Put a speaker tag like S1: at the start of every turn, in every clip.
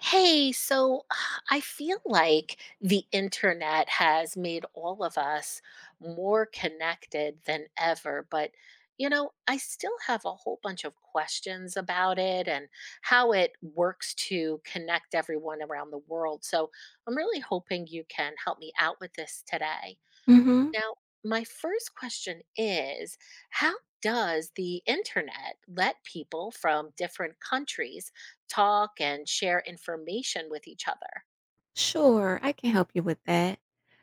S1: Hey, so I feel like the internet has made all of us more connected than ever, but I still have a whole bunch of questions about it and how it works to connect everyone around the world. So I'm really hoping you can help me out with this today.
S2: Mhm.
S1: Now, my first question is: how does the internet let people from different countries talk and share information with each other?
S2: Sure, I can help you with that.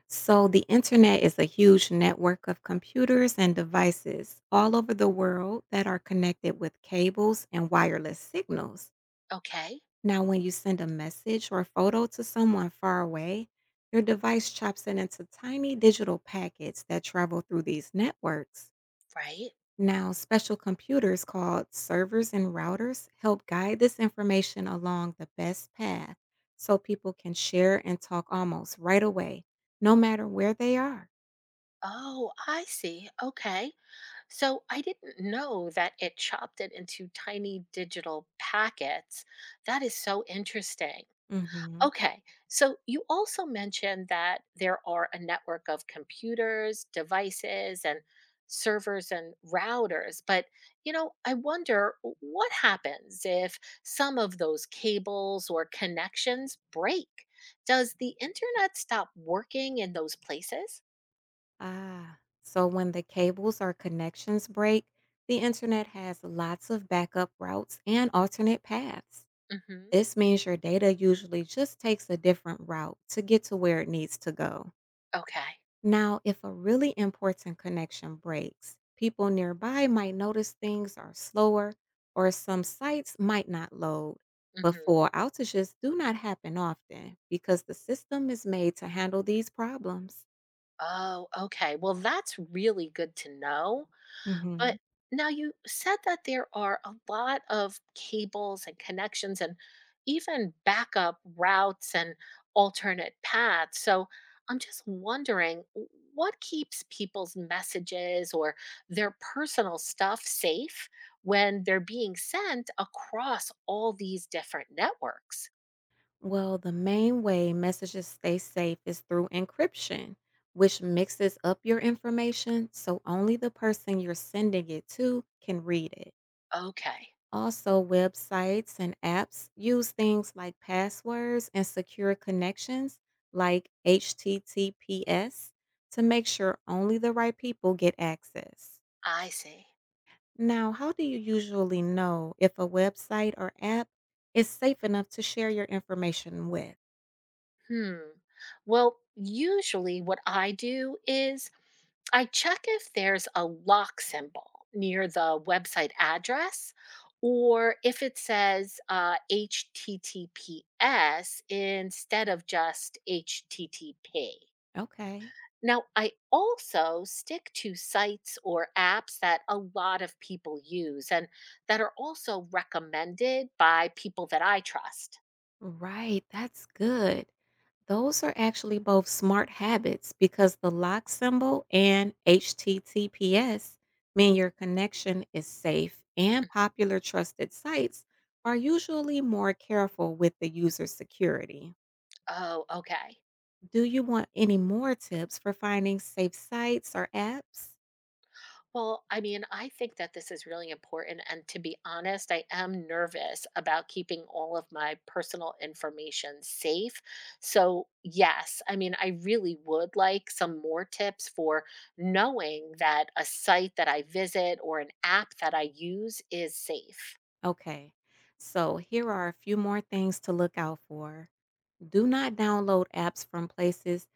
S2: So, the internet is a huge network of computers and devices all over the world that are connected with cables and wireless signals.
S1: Okay,
S2: Now, when you send a message or photo to someone far away, your device chops it into tiny digital packets that travel through these networks.
S1: right.
S2: Now, special computers called servers and routers help guide this information along the best path so people can share and talk almost right away, no matter where they are.
S1: Oh, I see. Okay. So I didn't know that it chopped it into tiny digital packets. That is so interesting.
S2: hmm
S1: Okay. So you also mentioned that there are a network of computers, devices, and servers and routers. But, I wonder what happens if some of those cables or connections break? Does the internet stop working in those places?
S2: Ah, so when the cables or connections break, the internet has lots of backup routes and alternate paths.
S1: Mhm.
S2: This means your data usually just takes a different route to get to where it needs to go.
S1: Okay.
S2: Now, if a really important connection breaks, people nearby might notice things are slower or some sites might not load. But
S1: Mhm.
S2: full outages do not happen often because the system is made to handle these problems.
S1: Oh, okay. Well, that's really good to know.
S2: hmm
S1: But now you said that there are a lot of cables and connections and even backup routes and alternate paths. So I'm just wondering what keeps people's messages or their personal stuff safe when they're being sent across all these different networks?
S2: Well, the main way messages stay safe is through encryption, which mixes up your information so only the person you're sending it to can read it.
S1: Okay,
S2: Also, websites and apps use things like passwords and secure connections like HTTPS to make sure only the right people get access.
S1: I see.
S2: Now, how do you usually know if a website or app is safe enough to share your information with?
S1: Hmm. Well, usually what I do is I check if there's a lock symbol near the website address or if it says HTTPS instead of just HTTP.
S2: Okay.
S1: Now, I also stick to sites or apps that a lot of people use and that are also recommended by people that I trust.
S2: Right, that's good. Those are actually both smart habits because the lock symbol and HTTPS mean your connection is safe, and popular trusted sites are usually more careful with the user security.
S1: Oh, okay.
S2: Do you want any more tips for finding safe sites or apps?
S1: Well, I mean, I think that this is really important. And to be honest, I am nervous about keeping all of my personal information safe. So, yes, I mean, I really would like some more tips for knowing that a site that I visit or an app that I use is safe.
S2: Okay, so here are a few more things to look out for. Do not download apps from places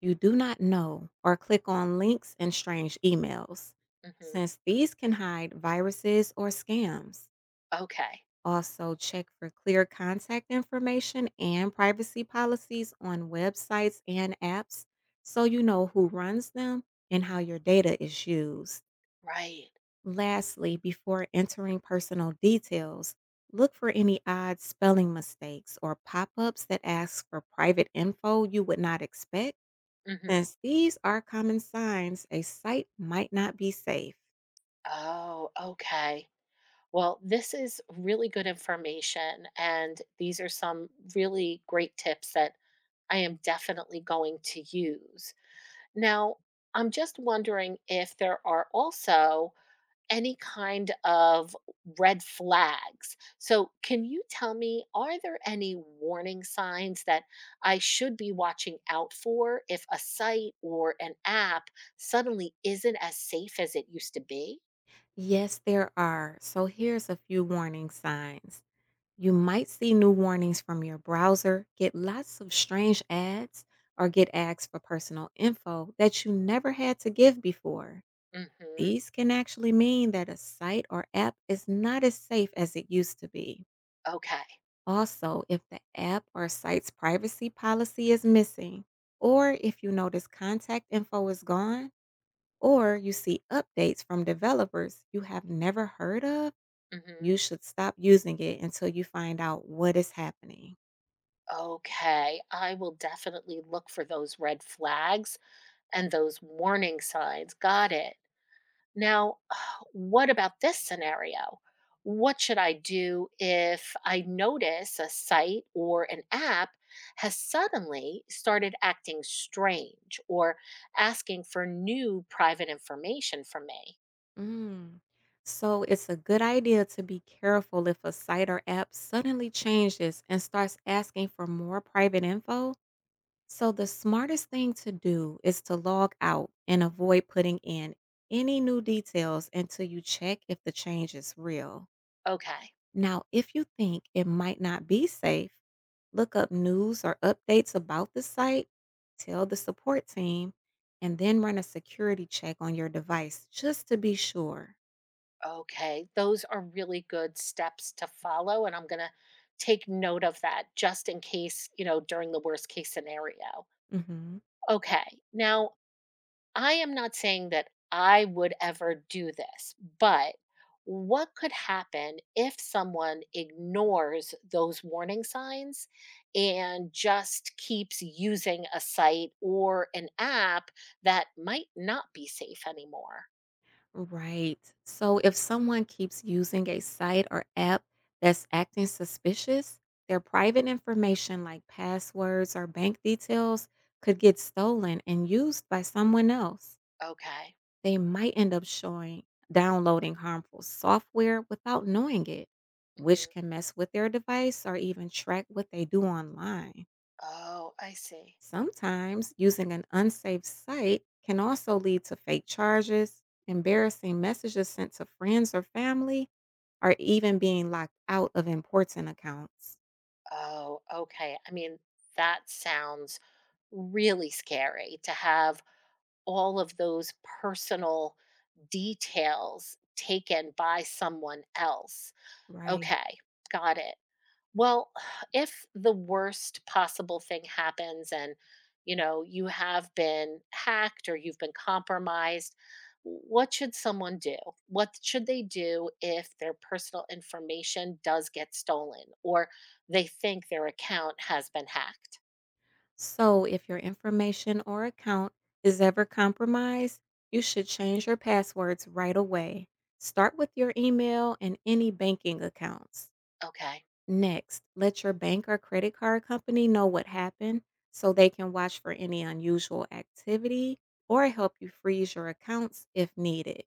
S2: you do not know or click on links in strange emails,
S1: Hmm.
S2: since these can hide viruses or scams.
S1: Okay.
S2: Also, check for clear contact information and privacy policies on websites and apps so you know who runs them and how your data is used.
S1: Right.
S2: Lastly, before entering personal details, look for any odd spelling mistakes or pop ups that ask for private info you would not expect,
S1: Hmm.
S2: since these are common signs a site might not be safe.
S1: Oh, okay. Well, this is really good information. And these are some really great tips that I am definitely going to use. Now, I'm just wondering if there are also any kind of red flags. So, can you tell me, are there any warning signs that I should be watching out for if a site or an app suddenly isn't as safe as it used to be?
S2: Yes, there are. So here's a few warning signs. You might see new warnings from your browser, get lots of strange ads, or get asked for personal info that you never had to give before.
S1: Hmm.
S2: These can actually mean that a site or app is not as safe as it used to be.
S1: Okay.
S2: Also, if the app or site's privacy policy is missing, or if you notice contact info is gone, or you see updates from developers you have never heard of,
S1: Hmm.
S2: you should stop using it until you find out what is happening.
S1: Okay. I will definitely look for those red flags and those warning signs. Got it. Now, what about this scenario? What should I do if I notice a site or an app has suddenly started acting strange or asking for new private information from me?
S2: Mm, so it's a good idea to be careful if a site or app suddenly changes and starts asking for more private info. So, the smartest thing to do is to log out and avoid putting in any new details until you check if the change is real.
S1: Okay,
S2: Now, if you think it might not be safe, look up news or updates about the site, tell the support team, and then run a security check on your device just to be sure.
S1: okay. Those are really good steps to follow. And I'm going to take note of that just in case, you know, during the worst case scenario.
S2: Mhm.
S1: Okay. Now, I am not saying that I would ever do this, but what could happen if someone ignores those warning signs and just keeps using a site or an app that might not be safe anymore?
S2: Right. So if someone keeps using a site or app that's acting suspicious, their private information like passwords or bank details could get stolen and used by someone else.
S1: Okay.
S2: They might end up showing downloading harmful software without knowing it, which
S1: Hmm.
S2: can mess with their device or even track what they do online.
S1: Oh, I see.
S2: Sometimes using an unsafe site can also lead to fake charges, embarrassing messages sent to friends or family, or even being locked out of important accounts.
S1: Oh, okay. I mean, that sounds really scary to have all of those personal details taken by someone else.
S2: Right.
S1: Okay, got it. Well, if the worst possible thing happens and you know you have been hacked or you've been compromised, what should someone do? What should they do if their personal information does get stolen or they think their account has been hacked?
S2: So, if your information or account is ever compromised, you should change your passwords right away. Start with your email and any banking accounts.
S1: Okay,
S2: Next, let your bank or credit card company know what happened so they can watch for any unusual activity or help you freeze your accounts if needed.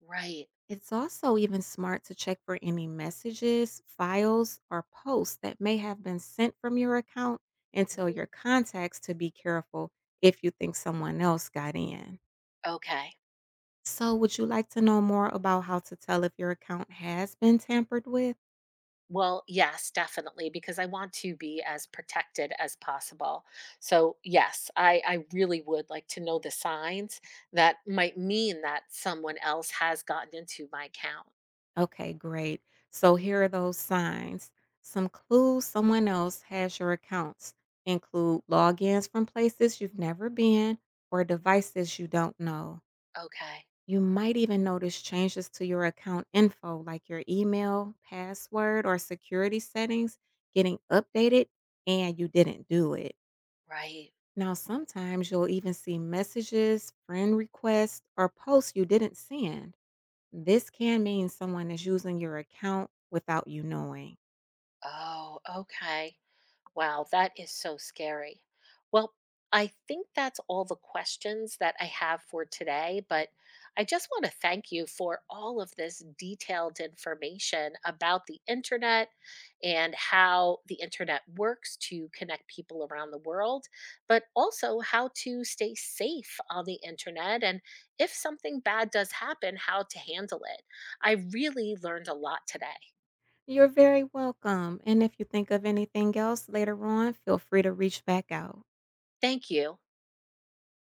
S1: right.
S2: It's also even smart to check for any messages, files, or posts that may have been sent from your account and tell
S1: Mhm.
S2: your contacts to be careful if you think someone else got in.
S1: Okay.
S2: So, would you like to know more about how to tell if your account has been tampered with?
S1: Well, yes, definitely, because I want to be as protected as possible. So, yes, I really would like to know the signs that might mean that someone else has gotten into my account.
S2: Okay, great. So here are those signs. Some clues someone else has your accounts include logins from places you've never been or devices you don't know.
S1: Okay,
S2: You might even notice changes to your account info, like your email, password, or security settings getting updated and you didn't do it.
S1: right.
S2: Now, sometimes you'll even see messages, friend requests, or posts you didn't send. This can mean someone is using your account without you knowing.
S1: Oh, okay. Wow, that is so scary. Well, I think that's all the questions that I have for today, but I just want to thank you for all of this detailed information about the internet and how the internet works to connect people around the world, but also how to stay safe on the internet. And if something bad does happen, how to handle it. I really learned a lot today.
S2: You're very welcome. And if you think of anything else later on, feel free to reach back out.
S1: Thank you.